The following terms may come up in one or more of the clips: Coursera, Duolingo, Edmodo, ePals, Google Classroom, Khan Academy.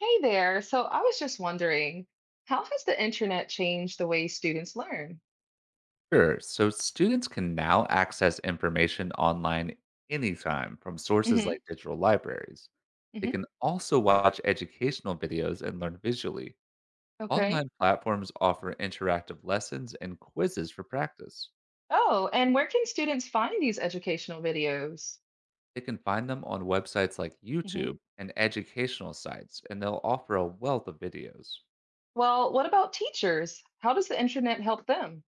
Hey there. So I was just wondering, how has the internet changed the way students learn? Sure. So students can now access information online anytime from sources Hmm. like digital libraries. They Hmm. can also watch educational videos and learn visually. Okay. Online platforms offer interactive lessons and quizzes for practice. Oh, and where can students find these educational videos? They can find them on websites like Hmm. YouTube and educational sites, and they'll offer a wealth of videos. Well, what about teachers? How does the internet help them?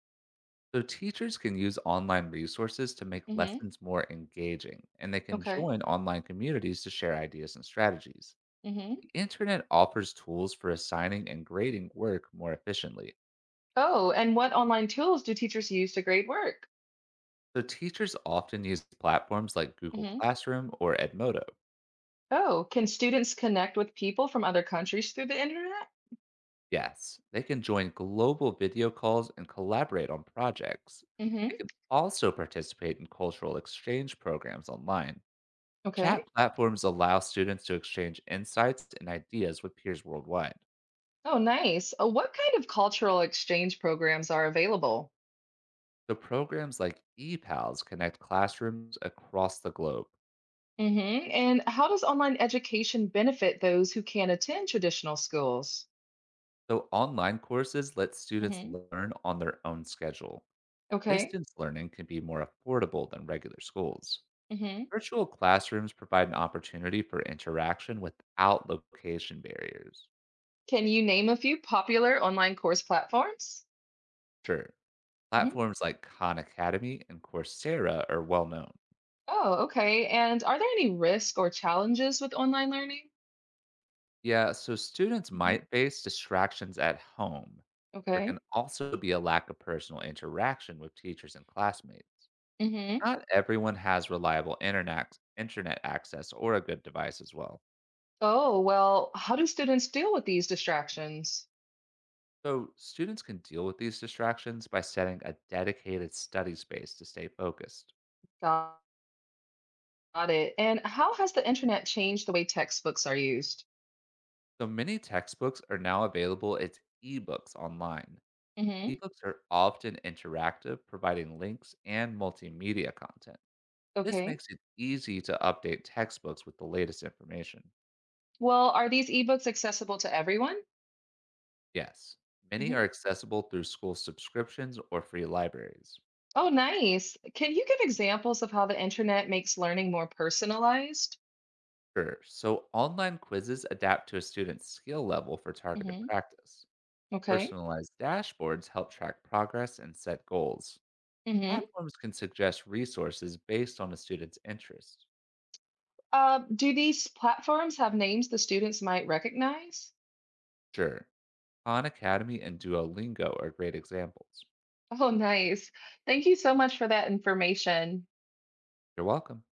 So, teachers can use online resources to make Hmm. lessons more engaging, and they can Okay. join online communities to share ideas and strategies. Hmm. The internet offers tools for assigning and grading work more efficiently. Oh, and what online tools do teachers use to grade work? So teachers often use platforms like Google Hmm. Classroom or Edmodo. Oh, can students connect with people from other countries through the internet? Yes, they can join global video calls and collaborate on projects. They Hmm. can also participate in cultural exchange programs online. Chat Okay. platforms allow students to exchange insights and ideas with peers worldwide. Oh, nice. What kind of cultural exchange programs are available? The programs like ePals connect classrooms across the globe. Mm-hmm. And how does online education benefit those who can't attend traditional schools? So, online courses let students Hmm. learn on their own schedule. Okay. Distance learning can be more affordable than regular schools. Hmm. Virtual classrooms provide an opportunity for interaction without location barriers. Can you name a few popular online course platforms? Sure, Hmm. platforms like Khan Academy and Coursera are well known. Oh, okay. And are there any risks or challenges with online learning? Yeah, so students Hmm. might face distractions at home. There can Okay. also be a lack of personal interaction with teachers and classmates. Hmm. Not everyone has reliable internet access or a good device as well. Oh, well, how do students deal with these distractions? So students can deal with these distractions by setting a dedicated study space to stay focused. Got it. And how has the internet changed the way textbooks are used? So many textbooks are now available as ebooks online. Hmm. Ebooks are often interactive, providing links and multimedia content. This Okay. makes it easy to update textbooks with the latest information. Well, are these ebooks accessible to everyone? Yes, many are accessible through school subscriptions or free libraries. Oh, nice. Can you give examples of how the internet makes learning more personalized? Sure. So online quizzes adapt to a student's skill level for targeted Hmm. practice. Okay. Personalized dashboards help track progress and set goals. Hmm. Platforms can suggest resources based on a student's interest. Do these platforms have names the students might recognize? Sure. Khan Academy and Duolingo are great examples. Oh, nice. Thank you so much for that information. You're welcome.